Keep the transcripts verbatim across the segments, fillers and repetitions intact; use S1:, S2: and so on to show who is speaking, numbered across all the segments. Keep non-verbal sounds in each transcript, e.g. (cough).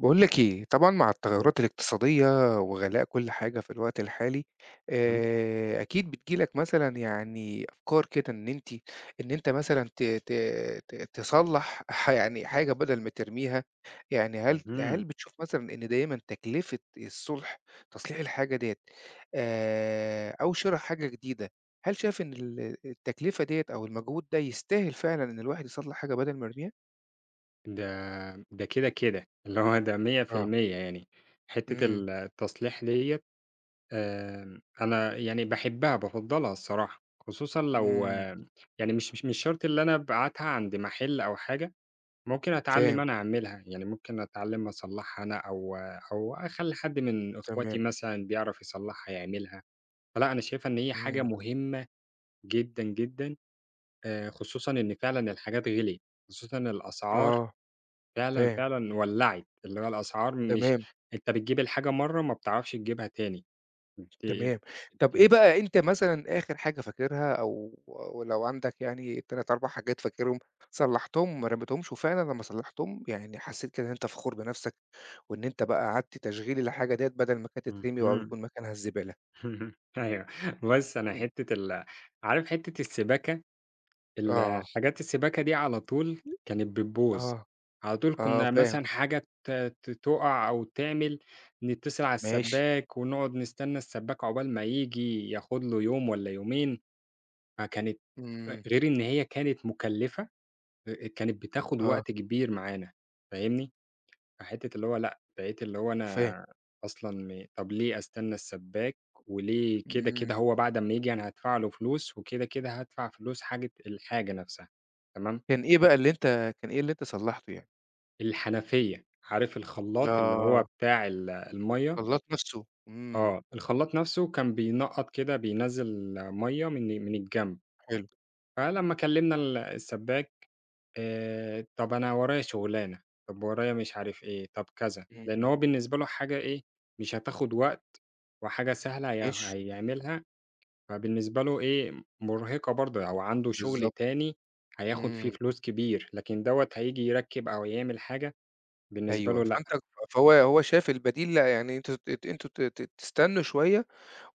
S1: باقول لك إيه، طبعًا مع
S2: قول.
S1: التغيُّرات الاقتصادية وغلاء كل حاجة في الوقت الحالي،
S2: إمم،
S1: آآ أكيد بتيجي لك مثلًا يعني أفكار كده إن أنتِ إن أنت مثلًا ت ت ت تصلّح ح يعني حاجة بدل ما ترميها، يعني هل
S2: اهم،
S1: هل بتشوف مثلًا إن دايمًا تكلفة الصلح تصليح الحاجة ديّة آآ أو شِرا حاجة جديدة، هل شايف إن ال التكلفة ديّة أو المجهود ده يستاهل فعلًا إن الواحد يصلّح حاجة بدل ما يرميها؟
S2: ده ده كده، كده، اللي هو ده
S1: آه.
S2: مية في المية يعني، حتّة
S1: إمم،
S2: ال التصليح ديّة آمم، أنا يعني باحبها، بافضّلها الصراحة، خصوصًا لو
S1: إمم،
S2: آم، يعني مش مش مش شرط اللي أنا أبعتها عند محل أو حاجة، ممكن أتعلّم
S1: فاهم،
S2: أنا أعملها، يعني ممكن أتعلّم أصلّحها أنا أو أو أخلّي حد من إخواتي
S1: تمام.
S2: مثلًا بيعرف يصلّحها يعملها، فلأ أنا شايفها إن هي حاجة
S1: إمم،
S2: مهمة جدًا، جدًا، آآ، خصوصًا إن فعلًا الحاجات غِليت، خصوصًا الأسعار
S1: آه،
S2: فعلًا،
S1: فاهم،
S2: فعلًا ولّعِت، اللي هو الأسعار مش
S1: تمام،
S2: أنت بتجيب الحاجة مرّة ما بتعرفش تجيبها تاني، د
S1: تمام. طب إيه بقى أنت مثلًا آخر حاجة فاكرها أو ولو عندك يعني تلاتة، أربعة حاجات فاكرهم صلّحتهم ما رميتهمش وفعلًا لمّا صلّحتهم يعني حسّيت كده إن أنت فخور بنَفْسك وإن أنت بقى أعدت تشغيل الحاجة ديّة بدل ما كانت تترمي أو
S2: اهم.
S1: يكون مكانها الزبالة؟
S2: (laughs) أيوه، بُص أنا
S1: إمم،
S2: حتّة ال عارف حتّة السباكة، ال
S1: آه،
S2: حاجات السباكة دي على طول كانت بتبوظ،
S1: آه،
S2: على طول
S1: آه،
S2: كنا
S1: فاهم،
S2: مثلًا حاجة ت ت تُقع أو تعمل، نتصل على
S1: ماشي،
S2: السبّاك ونقعد نستنى السبّاك عقبال ما ييجي، ياخد له يوم والّا يومين، فكانت أ
S1: إمم،
S2: غير إن هي كانت مُكلّفة آآ كانت بتاخد
S1: آه،
S2: وقت كبير معانا، فاهمني؟ فحتّة اللي هو لأ، بقيت اللي هو
S1: فاهم،
S2: أنا أصلًا م طب ليه أستنى السبّاك وليه كده،
S1: إمم.
S2: كده هو بعد أمّا ييجي أنا هادفع له فلوس وكده، كده هادفع فلوس حاجة الحاجة نَفْسها تمام؟
S1: كان إيه بقى اللي أنت كان إيه اللي أنت صلّحته يعني؟
S2: الحنفية، عارف الخلّاط اللي هو
S1: آه،
S2: بتاع ال المَيّة؟
S1: خلّاط نَفْسه، إمم،
S2: آه، الخلّاط نَفْسه كان بينقّط كده بينزّل مَيّة من من الجنب،
S1: حلو،
S2: فلمّا كلّمنا ال السبّاك آآ، طَب أنا ورايا شُغلانة، طَب ورايا مش عارف إيه، طَب كذا، لإن
S1: إمم.
S2: هو بالنسبة له حاجة إيه، مش هتاخد وقت وحاجة سهلة هي
S1: ماشي،
S2: هيعملها، فبالنسبة له إيه، مُرهقة برضه أو عنده شُغل
S1: بالضبط،
S2: تاني هياخد فيه
S1: إمم،
S2: فلوس كبير، لكن دوّة هييجي يركّب أو يعمل حاجة بالنسبة له
S1: أيوه،
S2: لأ.
S1: فأنت فهو هو شاف البديل لأ، يعني أنتم ت أنتم ت ت تستنوا شوية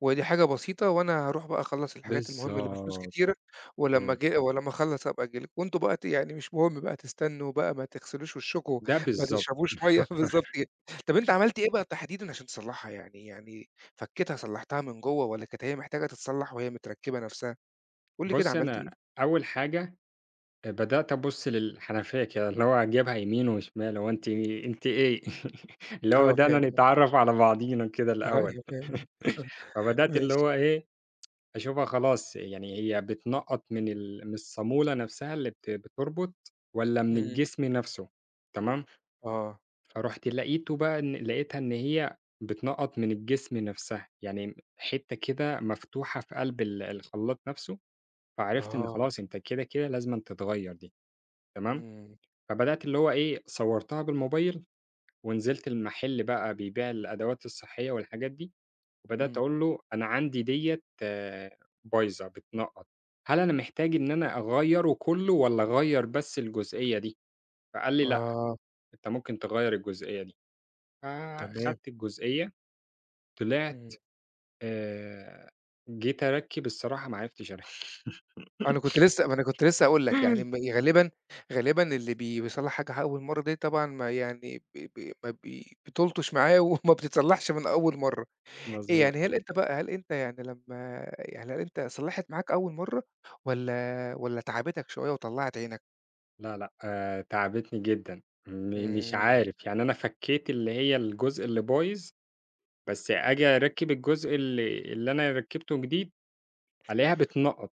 S1: ودي حاجة بسيطة وأنا هاروح بقى أخلّص الحاجات المهمة اللي بفلوس
S2: بالضبط.
S1: كتيرة ولمّا
S2: إمم،
S1: آجي ولمّا أخلّص هابقى آجي لكم، وأنتم بقى ت يعني مش مهم بقى تستنوا بقى ما تغسلوش وشّكم،
S2: ده
S1: ما
S2: بالضبط.
S1: تشربوش (laughs) مَيّة بالضبط كده. طَب أنت عملت إيه بقى تحديدًا عشان تصلّحها يعني يعني فكّيتها صلّحتها من جوّه والّا كانت هي محتاجة تتصلّح وهي متركّبة نَفْسها؟ قُل لي كده
S2: بُص
S1: عملت
S2: أنا
S1: إيه؟
S2: أول حاجة آآ بدأت أبُص للحنفية كده، اللي هو أجيبها يمين وشمال، هو أنتِ أنتِ إيه؟ (laughs) اللي هو
S1: آه،
S2: بدأنا
S1: فاهم،
S2: نتعرّف على بعضينا كده الأول،
S1: أيوه فاهم،
S2: فبدأت اللي
S1: ماشي،
S2: هو إيه، أشوفها خلاص يعني هي بتنقّط من ال من الصامولة نفسها اللي بت بتربط والّا من
S1: إمم،
S2: الجسم نفسه، تمام؟
S1: آه،
S2: فرُحت لقيته بقى إن لقيتها إن هي بتنقّط من الجسم نفسها، يعني حتّة كده مفتوحة في قلب ال الخلاط نفسه، فعرفت إن
S1: آه.
S2: خلاص أنت كده، كده لازمًا تتغيّر دي، تمام؟
S1: إمم،
S2: فبدأت اللي هو إيه، صوّرتها بالموبايل ونزلت المحل بقى بيبيع الأدوات الصحية والحاجات دي، وبدأت
S1: إمم.
S2: أقول له: "أنا عندي ديّة بايظة، بتنقّط، هل أنا محتاج إن أنا أغيّره كُلّه والّا أغيّر بس الجزئية دي؟" فقال لي: "لأ،
S1: آه،
S2: أنت ممكن تغيّر الجزئية دي."
S1: تمام.
S2: فأخدت الجزئية طلعت
S1: إمم.
S2: آآ، جيت أركّب الصراحة ما عرفتش أركّب
S1: أنا كنت لسه ما أنا كنت لسه هاقول لك، يعني م
S2: (laughs)
S1: غالبًا غالبًا اللي بي بيصلّح حاجة أول مرّة دي طبعًا ما يعني ب ب ما بي (laughs) بتلطش معاه وما بتتصلّحش من أول مرّة. إيه
S2: مضبوط،
S1: يعني هل أنت بقى هل أنت يعني لمّا يعني هل أنت صلّحت معاك أول مرّة والّا والّا تعبتك شوية وطلّعت عينك؟
S2: لا، لأ، آآ، تعبتني جدًا، م مش
S1: إمم،
S2: عارف، يعني أنا فكّيت اللي هي الجزء اللي بايظ بس آجي أركّب الجزء اللي اللي أنا ركّبته جديد، ألاقيها بتنقّط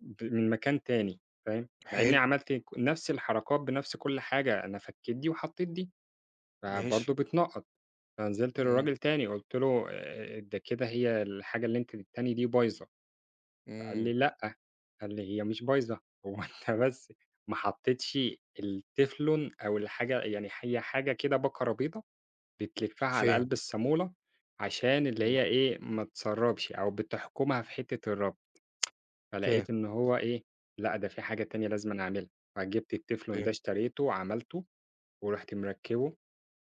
S2: ب من مكان تاني فاهم، مع إني
S1: حلو،
S2: عملت ك نفس الحركات بنفس كل حاجة، أنا فكّيت دي وحطيت دي،
S1: ماشي.
S2: فبرضه بتنقّط، فنزلت
S1: إمم،
S2: للراجل تاني قُلت له آآ ده كده هي الحاجة اللي أنت التانية دي بايظة، فقال لي:
S1: إمم،
S2: "لأ." قال لي: "هي مش بايظة، هو (laughs) أنت بس ما حطيتش التيفلون أو الحاجة يعني هي حاجة كده بَكَرة بيضا بتلفّها على
S1: فاهم،
S2: قلب الصامولة عشان اللي
S1: إمم،
S2: هي إيه، ما تسرّبش أو بتحكُمها في حتّة الربط،
S1: فاهم،
S2: فلقيت إن هو إيه، لأ ده في حاجة تانية لازمًا أعملها، فجِبت التيفلون ده
S1: فاهم.
S2: اشتريته وعملته ورُحت مركّبه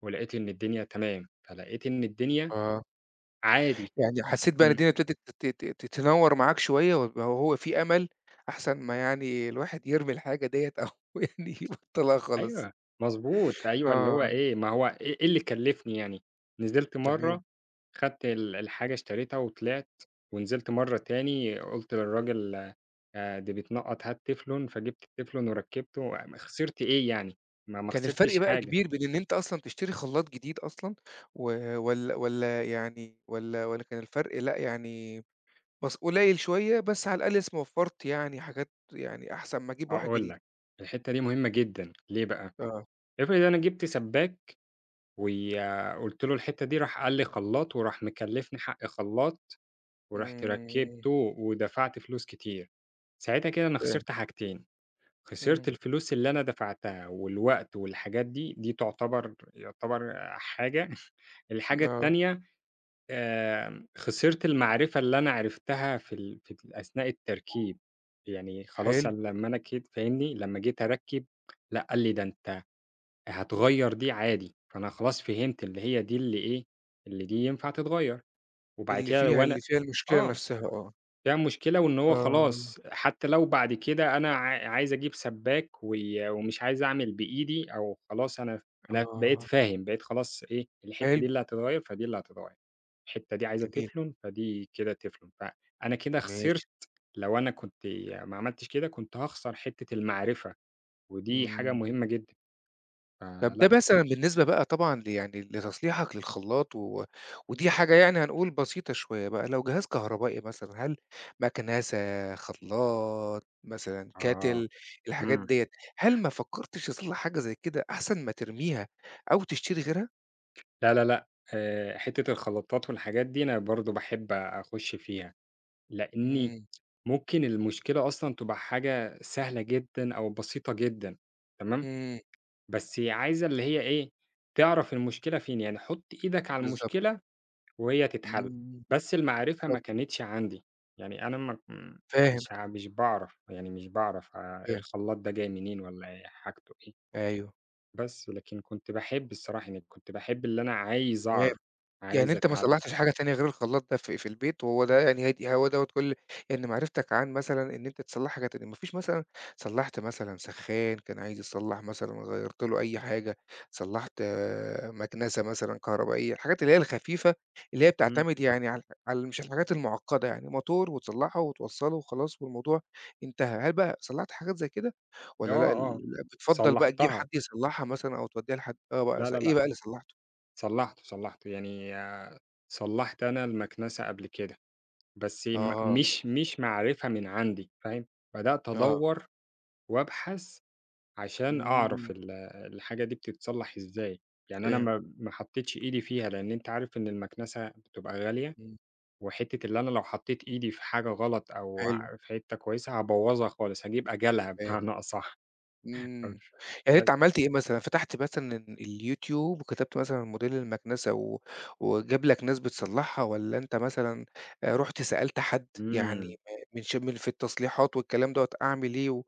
S2: ولقيت إن الدنيا تمام، فلقيت إن الدنيا
S1: آه.
S2: عادي.
S1: يعني حسّيت بقى إن
S2: إمم.
S1: الدنيا ابتدت ت ت ت تنوّر معاك شوية ويبقى هو في أمل، أحسن ما يعني الواحد يرمي الحاجة ديّة أو (laughs) يعني يبطّلها خالص.
S2: أيوه، مضبوط، أيوه، اللي هو
S1: آه،
S2: إيه، ما هو إيه إيه اللي كلّفني يعني، نزلت
S1: تمام.
S2: مرّة خدت ال الحاجة اشتريتها وطلعت، ونزلت مرّة تاني قُلت للراجل آآ، دي بتنقّط هات تيفلون، فجِبت التيفلون وركّبته، م خسرت إيه يعني؟ ما ما
S1: كان الفرق
S2: خسرتش
S1: بقى
S2: حاجة،
S1: كبير بين إن أنت أصلًا تشتري خلّاط جديد أصلًا و والّا والّا يعني والّا والّا كان الفرق لأ يعني بس قليّل شوية، بس على الأقل اسم وفّرت يعني حاجات يعني أحسن ما أجيب واحد
S2: هاقول
S1: جديد.
S2: لك، الحتّة دي مهمة جدًا، ليه بقى؟
S1: آه.
S2: افرض أنا جِبت سبّاك وي آه، قُلت له الحتّة دي راح قال لي خلّاط وراح مكلّفني حق خلّاط ورُحت
S1: إمم،
S2: ركّبته ودفعت فلوس كتير، ساعتها كده أنا
S1: فاهم.
S2: خسرت حاجتين، خسرت
S1: إمم.
S2: الفلوس اللي أنا دفعتها والوقت والحاجات دي، دي تعتبر يعتبر حاجة، (laughs) الحاجة
S1: آه،
S2: التانية آمم، خسرت المعرفة اللي أنا عرفتها في ال في ال أثناء التركيب، يعني خلاص
S1: حلو.
S2: أنا لمّا أنا جيت فاهمني، لمّا جيت أركّب لأ، قال لي: "ده أنت هتغيّر دي عادي." فأنا خلاص فهمت اللي هي دي اللي إيه، اللي دي ينفع تتغيّر، وبعد
S1: اللي
S2: كده
S1: فيها
S2: وأنا
S1: اللي فيها المشكلة
S2: آه.
S1: نفسها آه.
S2: يعني مشكلة وإن هو
S1: آه.
S2: خلاص حتى لو بعد كده أنا عا عايز أجيب سباك وي ومش عايز أعمل بإيدي أو خلاص أنا أنا بقيت
S1: آه،
S2: فاهم، بقيت خلاص إيه، الحتّة
S1: حلو،
S2: دي اللي هتتغيّر، فدي اللي هتتغيّر، الحتّة دي عايزة
S1: جميل،
S2: تفلُن، فدي كده تفلُن، فأنا كده خسرت
S1: ماشي،
S2: لو أنا كنت ما عملتش كده كنت هاخسر حتّة المعرفة، ودي حاجة
S1: إمم،
S2: مهمة جدًا،
S1: طب ده
S2: فلأ
S1: مثلًا بالنسبة بقى طبعًا ل يعني لتصليحك للخلاط و ودي حاجة يعني هنقول بسيطة شوية بقى، لو جهاز كهربائي مثلًا، هل مكنسة، خلاط، مثلًا
S2: آه،
S1: كاتل، الحاجات
S2: إمم،
S1: ديّة، هل ما فكرتش تصلح حاجة زي كده أحسن ما ترميها أو تشتري غيرها؟
S2: لا، لا، لأ، آآ، حتّة الخلطات والحاجات دي أنا برضه باحب أخُش فيها، لإني
S1: إمم،
S2: ممكن المشكلة أصلًا تبقى حاجة سهلة جدًا أو بسيطة جدًا، تمام،
S1: إمم،
S2: بس هي عايزة اللي هي إيه، تعرف المشكلة فين، يعني حُط إيدك على
S1: بالضبط،
S2: المشكلة وهي تتحل،
S1: إمم،
S2: بس المعرفة ما
S1: بالضبط،
S2: كانتش عندي، يعني أنا ما م
S1: فاهم،
S2: مش ع مش باعرف، يعني مش باعرف آآ
S1: فاهم،
S2: الخلاط ده جاي منين والّا إيه حاجته إيه،
S1: أيوه،
S2: بس لكن كنت باحب الصراحة يعني كنت باحب اللي أنا عايز
S1: تمام.
S2: أعرف،
S1: يعني
S2: عايز
S1: أنت ما
S2: أتعلم،
S1: صلّحتش حاجة تانية غير الخلاط ده في في البيت، وهو ده يعني هادي هو دوّة كل يعني معرفتك عن مثلًا إن أنت تصلّح حاجة تانية، ما فيش مثلًا صلّحت مثلًا سخّان كان عايز يتصلّح مثلًا، غيّرت له أي حاجة، صلّحت آه، مكنسة مثلًا كهربائية، الحاجات اللي هي الخفيفة اللي هي
S2: إمم،
S1: بتعتمد يعني على على مش الحاجات المعقّدة يعني، موتور وتصلّحه وتوصّله وخلاص والموضوع انتهى، هل بقى صلّحت حاجات زي كده
S2: آه،
S1: والّا لأ ال
S2: آه،
S1: بتفضّل بقى تجيب
S2: صلّحتها،
S1: حد يصلّحها مثلًا أو تودّيها لحد؟ آه بقى
S2: لا،
S1: ص
S2: لا،
S1: إيه
S2: لأ.
S1: بقى اللي صلّحته؟
S2: صلّحته، صلّحته، يعني آه، صلّحت أنا المكنسة قبل كده، بس م
S1: آه،
S2: مش مش معرفة من عندي فاهم، بدأت
S1: آه.
S2: أدوّر وأبحث عشان أعرف
S1: إمم،
S2: ال الحاجة دي بتتصلّح إزاي، يعني أنا
S1: فاهم،
S2: ما ما حطيتش إيدي فيها، لإن أنت عارف إن المكنسة بتبقى غالية،
S1: إمم،
S2: وحتّة اللي أنا لو حطيت إيدي في حاجة غلط أو
S1: حلو،
S2: ع في حتّة كويسة هابوّظها خالص، هاجيب أجلها (laughs)
S1: فاهم،
S2: بمعنى أصح.
S1: إمم، يعني
S2: بس
S1: أنت عملت إيه مثلًا، فتحت مثلًا اليوتيوب وكتبت مثلًا موديل المكنسة و وجاب لك ناس بتصلحها، والّا أنت مثلًا آآ، رُحت سألت حد يعني
S2: إمم،
S1: م من ش من في التصليحات والكلام دوّة أعمل إيه، و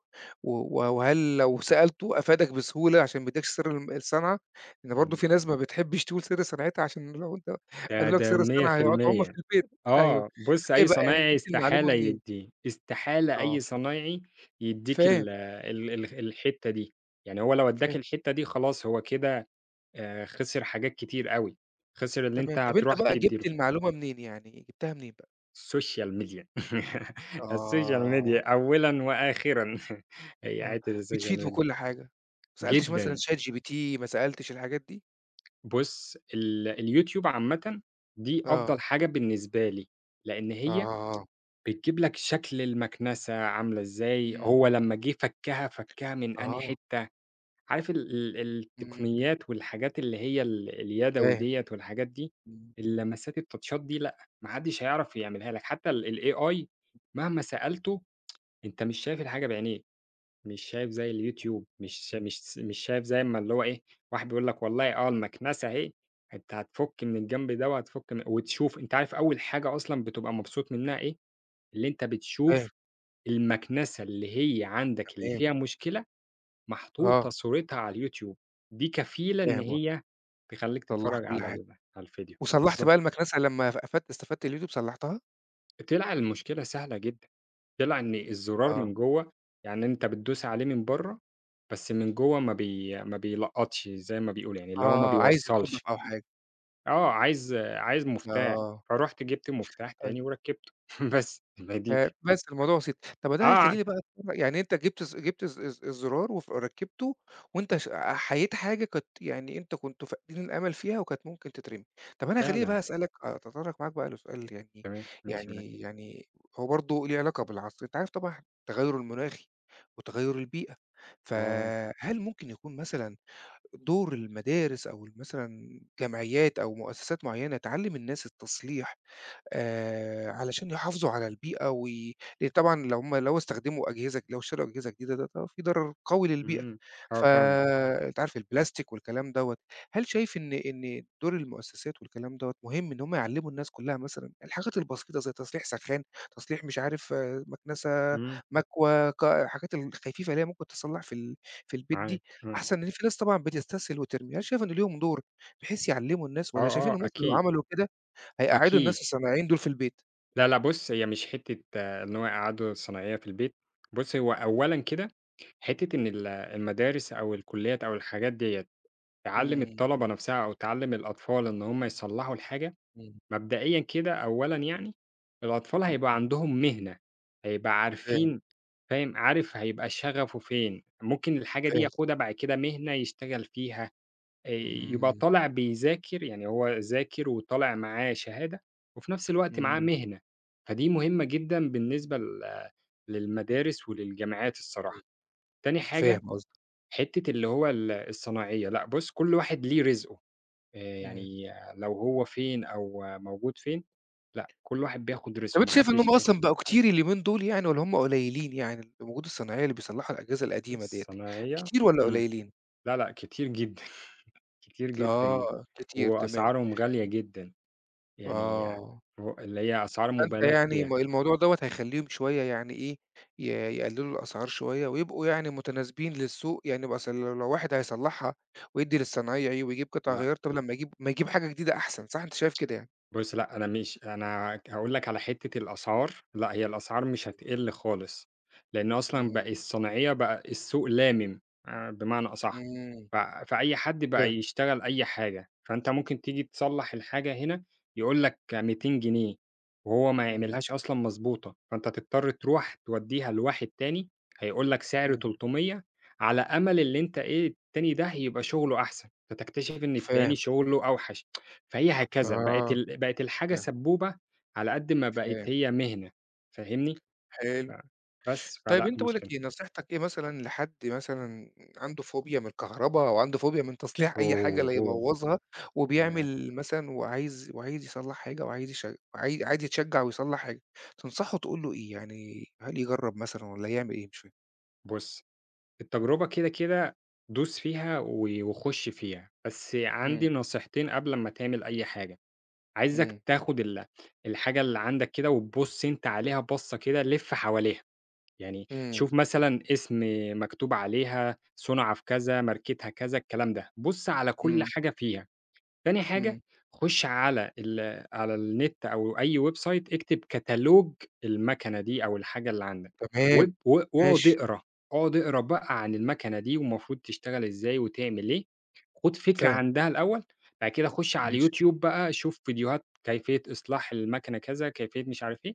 S1: و وهل لو سألته أفادك بسهولة عشان ما يدّيكش سر الم الصنعة؟ لإن برضه
S2: إمم،
S1: في ناس ما بتحبش تقول سر صنعتها عشان لو أنت
S2: ده
S1: قالوا لك
S2: ده
S1: سر الصنعة هيقعدوا هم في
S2: مية في المية.
S1: البيت، أيوه،
S2: آه، بُص
S1: طب إيه
S2: أي
S1: بقى يعني
S2: صنايعي
S1: جبت المعلومة
S2: استحالة
S1: منين؟
S2: يدّيه، استحالة أي
S1: آه،
S2: صنايعي يدّيك
S1: فاهم.
S2: ال ال ال الحتّة دي، يعني هو لو ادّاك
S1: فاهم،
S2: الحتّة دي خلاص هو كده آآ خسر حاجات كتير أوي، خسر اللي أنت
S1: تمام. طب أنت
S2: هتروح
S1: بقى
S2: تدّي له،
S1: جِبت المعلومة منين يعني، جِبتها منين بقى؟
S2: السوشيال ميديا (laughs) السوشيال
S1: آه،
S2: ميديا أولًا وآخرًا (laughs) هي
S1: آه،
S2: حتّة السوشيال
S1: بتفيد
S2: ميديا
S1: وكل حاجة. ما سألتش مثلًا
S2: جدًا،
S1: ChatGPT، ما سألتش الحاجات دي؟
S2: بُص ال اليوتيوب عامةً دي أفضل
S1: آه،
S2: حاجة بالنسبة لي، لإن هي
S1: آه،
S2: بتجيب لك شكل المكنسة عاملة إزاي،
S1: إمم،
S2: هو لمّا جه فكّها، فكّها من أنهي
S1: آه،
S2: حتّة، عارف ال ال
S1: إمم،
S2: التقنيات والحاجات اللي هي ال اليدوي
S1: فاهم،
S2: ديّة والحاجات دي،
S1: إمم،
S2: اللمسات التاتشات دي لأ، ما حدش هيعرف يعملها لك، حتى ال الAI مهما سألته أنت مش شايف الحاجة بعينيك، مش شايف زي اليوتيوب، مش شا
S1: إمم،
S2: مش س مش شايف زي أمّا اللي هو إيه، واحد بيقول لك والله آه المكنسة أهي، أنت هتفُك من الجنب ده وهتفُك من وتشوف أنت عارف أول حاجة أصلًا بتبقى مبسوط منها إيه، اللي أنت
S1: فاهم،
S2: بتشوف المكنسة اللي هي عندك اللي
S1: تمام،
S2: فيها مشكلة، محطوطة
S1: آه،
S2: صورتها على اليوتيوب، دي كفيلة إن
S1: فاهم، آه،
S2: هي تخلّيك
S1: صلّح
S2: تتفرّج
S1: كل
S2: على
S1: حاجة.
S2: ال على الفيديو،
S1: وصلّحت
S2: بالضبط.
S1: بقى المكنسة لمّا ف قفلت استفدت اليوتيوب صلّحتها؟
S2: طلع المشكلة سهلة جدًا، طلع إن الزرار
S1: آه،
S2: من جوّه يعني أنت بتدوس عليه من برّه، بس من جوّه ما بي ما بيلقّطش زي ما بيقولوا يعني، اللي هو ما
S1: آه، عايز
S2: بيوصّلش.
S1: يتنضف أو حاجة،
S2: آه، عايز عايز مفتاح،
S1: آه،
S2: فرُحت جِبت مفتاح
S1: طيب.
S2: تاني وركّبته (laughs) بس، ما هي دي
S1: فبس الموضوع بسيط. طب ما ده
S2: آه،
S1: هيخلّيني بقى (unintelligible) يعني أنت جِبت الز جِبت الز الز الزرار وف ركّبته وأنت ش أحييت حاجة كانت يعني أنت كنت فاقدين الأمل فيها وكانت ممكن تترمي. طب أنا خلّيني
S2: فعلًا.
S1: بقى أسألك أ أتطرّق معاك بقى لسؤال يعني
S2: تمام، ماشي معاك.
S1: يعني يعني هو برضه ليه علاقة بالعصر. أنت عارف طبعًا التغيُّر المناخي وتغيُّر البيئة،
S2: آه،
S1: فهل ممكن يكون مثلًا دور المدارس أو ال مثلًا جمعيات أو مؤسسات معيّنة تعلِّم الناس التصليح آآ علشان يحافظوا على البيئة وي لإن طبعًا لو هم لو استخدموا أجهزة لو اشتروا أجهزة جديدة ده طبعًا في ضرر قوي للبيئة،
S2: إمم، آه فاهمك،
S1: فأنت عارف البلاستيك والكلام دوّة، هل شايف إن إن دور المؤسسات والكلام دوّة مهم إن هم يعلّموا الناس كلّها مثلًا الحاجات البسيطة زي تصليح سخّان، تصليح مش عارف آه، مكنسة،
S2: إمم.
S1: مكوة، ك الحاجات الخفيفة اللي هي ممكن تتصلّح في ال في البيت
S2: معاك،
S1: دي،
S2: آه.
S1: أحسن إن في ناس طبعًا بتستسهل وترمي، هل شايف إن ليهم دور بحيث يعلّموا الناس
S2: آه،
S1: والّا شايفين
S2: آه
S1: إن مثلًا لو
S2: أكيد،
S1: عملوا كده هيقعّدوا
S2: أكيد.
S1: الناس السامعين دول في البيت.
S2: لا، لأ بُص، هي مش حتّة آه، إن هو يقعّدوا الصنايعية في البيت، بُص هو أولًا كده حتّة إن ال المدارس أو الكُلّيات أو الحاجات ديّة تعلِّم
S1: إمم،
S2: الطلبة نَفْسها أو تعلِّم الأطفال إن هم يصلّحوا الحاجة،
S1: إمم،
S2: مبدئيًا كده أولًا يعني الأطفال
S1: إمم،
S2: هيبقى عندهم مهنة، هيبقى
S1: فاهم،
S2: عارفين فاهم، عارف هيبقى شغفه فين، ممكن الحاجة دي
S1: فاهم،
S2: ياخُدها بعد كده مهنة يشتغل فيها. آآ يبقى
S1: إمم،
S2: طالع بيذاكر، يعني هو ذاكر وطالع معاه شهادة، وفي نفس الوقت معاه
S1: إمم،
S2: مهنة، فدي مهمة جدًا بالنسبة لل للمدارس وللجامعات الصراحة.
S1: إمم،
S2: تاني
S1: فاهم
S2: حاجة،
S1: قصدك،
S2: حتّة اللي هو ال الصناعية، لأ بُص كل واحد ليه رزقه، آآ
S1: إمم.
S2: يعني لو هو فين أو موجود فين، لأ كل واحد بياخد
S1: طَب
S2: رزقه،
S1: أنت
S2: ما
S1: شايف إن
S2: حدّش
S1: هُم
S2: بياخد
S1: أصلًا بقوا كتير اليومين دول يعني والّا هُم قليلين يعني الوقود الصناعية اللي بيصلّحوا الأجهزة القديمة ديّة،
S2: الصناعية
S1: كتير والّا
S2: إمم،
S1: قليلين؟
S2: لا، لأ كتير جدًا، (laughs) كتير جدًا
S1: آه، كتير تمام،
S2: وأسعارهم غالية جدًا. يعني
S1: آه.
S2: هو اللي هي أسعار
S1: فأنت
S2: مُبالغ
S1: يعني
S2: فيها،
S1: م الموضوع دوّة هيخلّيهم شوية يعني إيه، ي يقلّلوا الأسعار شوية ويبقوا يعني متناسبين للسوق، يعني بقى أصل لو لو واحد هيصلّحها ويدّي للصنايعي ويجيب قطع
S2: لأ،
S1: غيار، طب لمّا يجيب ما يجيب حاجة جديدة أحسن، صح أنت شايف كده يعني؟
S2: بُص، لأ، أنا مش أنا ك هاقول لك على حتّة الأسعار، لأ، هي الأسعار مش هتقِل خالص، لإن أصلًا
S1: إمم،
S2: بقى الصناعية بقى السوق لامم آآ بمعنى أصح،
S1: إمم،
S2: ف فأي حد بقى
S1: فاهم،
S2: يشتغل أي حاجة، فأنت ممكن تيجي تصلّح الحاجة هنا يقول لك ميتين جنيه وهو ما
S1: إمم،
S2: يعملهاش أصلًا مضبوطة، فأنت تضطر تروح تودّيها لواحد تاني هيقول لك سعر
S1: إمم،
S2: تلتمية على أمل اللي أنت إيه، التاني ده يبقى شُغله أحسن، فتكتشف إن التاني
S1: فاهم،
S2: شُغله أوحش. فهي هكذا، بقت
S1: آه،
S2: ال بقت الحاجة
S1: فاهم،
S2: سبوبة على قد ما بقت
S1: فاهم،
S2: هي مهنة، فاهمني؟ ف
S1: حلو.
S2: بس،
S1: طيب
S2: فلأ
S1: أنت باقول لك
S2: مشكلة.
S1: إيه، نصيحتك إيه مثلًا لحد مثلًا عنده فوبيا من الكهربا أو عنده فوبيا من (laughs) تصليح أي حاجة
S2: أوه!
S1: لا
S2: أوه!
S1: يبوّظها
S2: ياه!
S1: وبيعمل مثلًا وعايز وعايز يصلّح حاجة وعايز يش عاي عايز يتشجّع ويصلّح حاجة، تنصحه تقول له إيه؟ يعني هل يجرّب مثلًا والّا يعمل إيه؟ مش فاهم.
S2: بُص، التجربة كده، كده دوس فيها و وخُش فيها، بس عندي
S1: إمم.
S2: نصيحتين قبل ما تعمل أي حاجة، عايزك
S1: إمم،
S2: تاخد ال الحاجة اللي عندك كده وتبُص أنت عليها بَصّة كده، لِف حواليها، يعني
S1: إمم،
S2: شوف مثلًا اسم مكتوب عليها، صُنع في كذا، ماركتها كذا، الكلام ده، بُص على كل
S1: إمم.
S2: حاجة فيها. تاني حاجة،
S1: إمم،
S2: خُش على ال على النت أو أي web site اكتب كتالوج المكنة دي أو الحاجة اللي عندك،
S1: تمام،
S2: واب و واقعد
S1: ماشي،
S2: اقرا، اقعد اقرا بقى عن المكنة دي والمفروض تشتغل إزاي وتعمل إيه، خُد فكرة
S1: فاهم،
S2: عندها الأول، بعد كده خُش على
S1: ماشي،
S2: اليوتيوب بقى شوف فيديوهات كيفية إصلاح المكنة كذا، كيفية مش عارف إيه،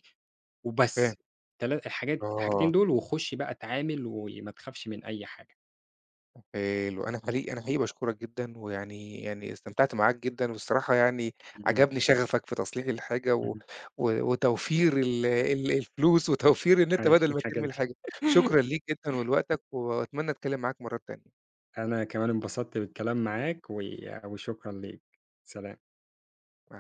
S1: فاهم،
S2: وبس. تلا الحاجات الحاجتين
S1: آه.
S2: دول وخُش بقى اتعامل وما تخافش من أي حاجة.
S1: حلو. أنا حقيقي أنا حقيقي باشكرك جدًا، ويعني يعني استمتعت معاك جدًا، والصراحة يعني
S2: إمم،
S1: عجبني شغفك في تصليح الحاجة و
S2: اهم.
S1: و وتوفير ال ال الفلوس، وتوفير إن أنت
S2: حاجات (laughs)
S1: بدل ما
S2: الحاجات
S1: ترمي
S2: دي.
S1: الحاجة. شكرًا ليك جدًا ولوقتك، وأتمنى أتكلم معاك مرات تانية.
S2: أنا كمان انبسطت بالكلام معاك و وشكرًا ليك. سلام.
S1: مع